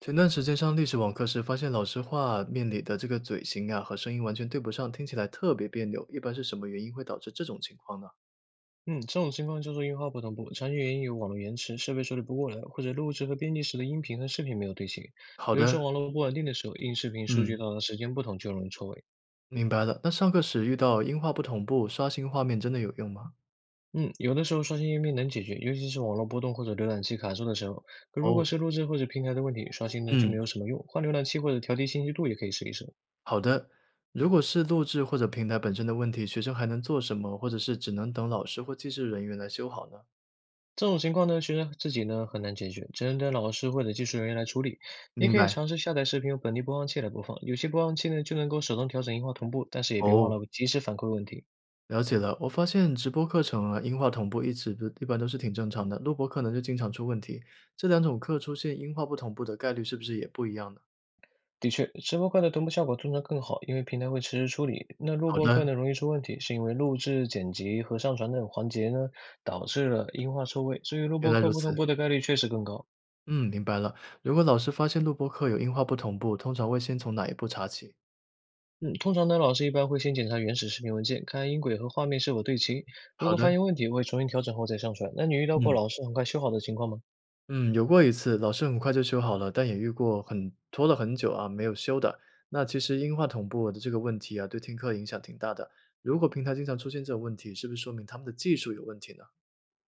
前段时间上历史网课时，发现老师画面里的这个嘴型啊和声音完全对不上，听起来特别别扭。一般是什么原因会导致这种情况呢？嗯，这种情况叫做音画不同步，常见原因有网络延迟、设备处理不过来，或者录制和编辑时的音频和视频没有对齐。好比如的。说网络不稳定的时候，音视频数据嗯，到达时间不同就容易错位。明白了。那上课时遇到音画不同步，刷新画面真的有用吗？嗯，有的时候刷新页面能解决，尤其是网络波动或者浏览器卡住的时候。可如果哦，是录制或者平台的问题，刷新呢就没嗯，有什么用，换浏览器或者调低清晰度也可以试一试。好的。如果是录制或者平台本身的问题，学生还能做什么，或者是只能等老师或技术人员来修好呢？这种情况呢，学生自己呢很难解决，只能等老师或者技术人员来处理。你明可以白。尝试下载视频用本地播放器来播放，有些播放器呢就能够手动调整音画同步，但是也别忘哦，了及时反馈问题。了解了，我发现直播课程啊，音画同步一直不一般都是挺正常的，录播课呢就经常出问题。这两种课出现音画不同步的概率是不是也不一样呢？的确，直播课的同步效果通常更好，因为平台会实时处理。那录好播的，课呢容易出问题，是因为录制、剪辑和上传等环节呢导致了音画错位，所以录原播来课如不同此。步的概率确实更高。嗯，明白了。如果老师发现录播课有音画不同步，通常会先从哪一步查起？嗯，通常呢，老师一般会先检查原始视频文件，看音轨和画面是否对齐。如好果的。发现问题，会重新调整后再上传。那你遇到过嗯老师很快修好的情况吗？嗯，有过一次，老师很快就修好了，但也遇过拖了很久啊没有修的。那其实音画同步的这个问题啊，对听课影响挺大的。如果平台经常出现这种问题，是不是说明他们的技术有问题呢？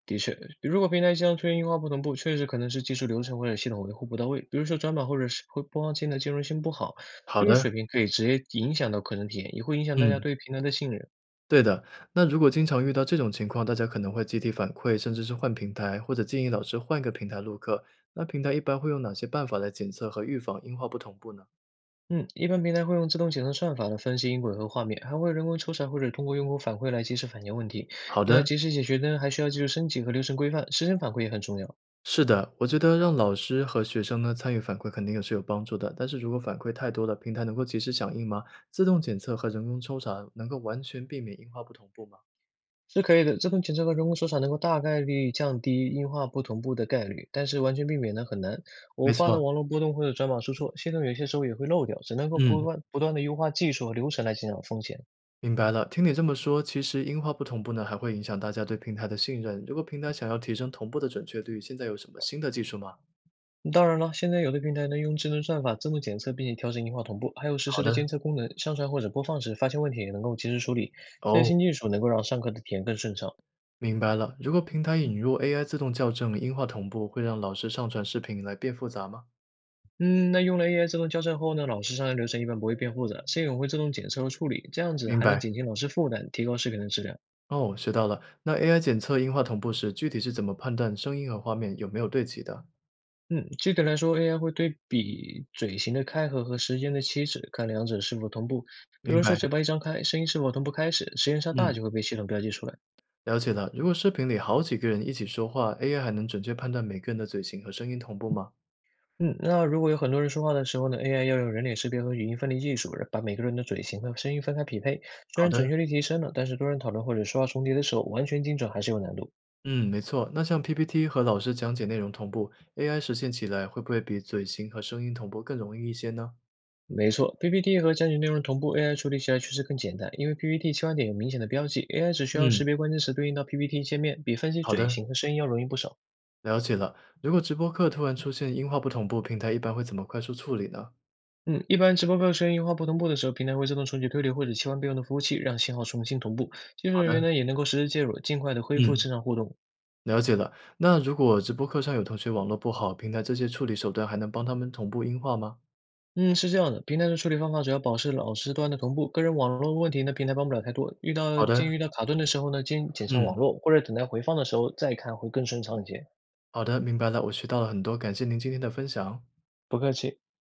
的确，如果平台经常出现优化不同步，确实可能是技术流程或者系统维护不到位，比如说转码或者是会播放器的兼容性不好，好技术的。水平可以直接影响到课程体验，也会影响大家嗯。对平台的信任。对的，那如果经常遇到这种情况，大家可能会集体反馈，甚至是换平台，或者建议老师换个平台录课。那平台一般会用哪些办法来检测和预防音画不同步呢？嗯，一般平台会用自动检测算法来分析音轨和画面，还会人工抽查或者通过用户反馈来及时反映问题。好那的。及时解决呢，还需要技术升级和流程规范，时间反馈也很重要。是的，我觉得让老师和学生呢参与反馈肯定也是有帮助的。但是如果反馈太多了，平台能够及时响应吗？自动检测和人工抽查能够完全避免音画不同步吗？是可以的，自动检测和人工手扫能够大概率降低音画不同步的概率，但是完全避免呢很难。偶没发的错。网络波动或者转码出错，系统有些时候也会漏掉，只能够不嗯。断不断的优化技术和流程来减少风险。明白了，听你这么说，其实音画不同步呢，还会影响大家对平台的信任。如果平台想要提升同步的准确率，现在有什么新的技术吗？嗯当然了，现在有的平台呢用智能算法自动检测，并且调整音画同步，还有实好时的的。监测功能，上传或者播放时发现问题也能够及时处理。这些哦，新技术能够让上课的体验更顺畅。明白了。如果平台引入 AI 自动校正音画同步，会让老师上传视频来变复杂吗？嗯，那用了 AI 自动校正后呢，老师上课流程一般不会变复杂，系统会自动检测和处理，这样子明还能白。减轻老师负担，提高视频的质量。哦，学到了。那 AI 检测音画同步时，具体是怎么判断声音和画面有没有对齐的？嗯，具体来说，AI 会对比嘴型的开合和时间的起止，看两者是否同步。比明如说，嘴白。巴一张开，声音是否同步开始，时间稍大嗯，就会被系统标记出来。了解了。如果视频里好几个人一起说话，AI 还能准确判断每个人的嘴型和声音同步吗？嗯，那如果有很多人说话的时候呢，AI 要用人脸识别和语音分离技术，把每个人的嘴型和声音分开匹配。虽好然准的。确率提升了，但是多人讨论或者说话重叠的时候，完全精准还是有难度。嗯，没错。那像 PPT 和老师讲解内容同步，AI 实现起来会不会比嘴型和声音同步更容易一些呢？没错，PPT 和讲解内容同步，AI 处理起来确实更简单，因为 PPT 切换点有明显的标记，AI 只需要嗯，识别关键词对应到 PPT 界面，比分析好嘴的，型和声音要容易不少。了解了。如果直播课突然出现音画不同步，平台一般会怎么快速处理呢？嗯，一般直播课声音画不同步的时候，平台会自动重启推理或者切换备用的服务器，让信号重新同步。技术好人员的。呢也能够实时介入，尽快的恢嗯，复嗯正常互动。了解了。那如果直播课上有同学网络不好，平台这些处理手段还能帮他们同步音画吗？嗯，是这样的，平台的处理方法主要保持老师端的同步，个人网络问题呢平台帮不了太多。遇到好的。卡顿的时候呢，先检查网嗯。络，或者等待回放的时候再看会更顺畅一些。好的，明白了，我学到了很多，感谢您今天的分享。不客气。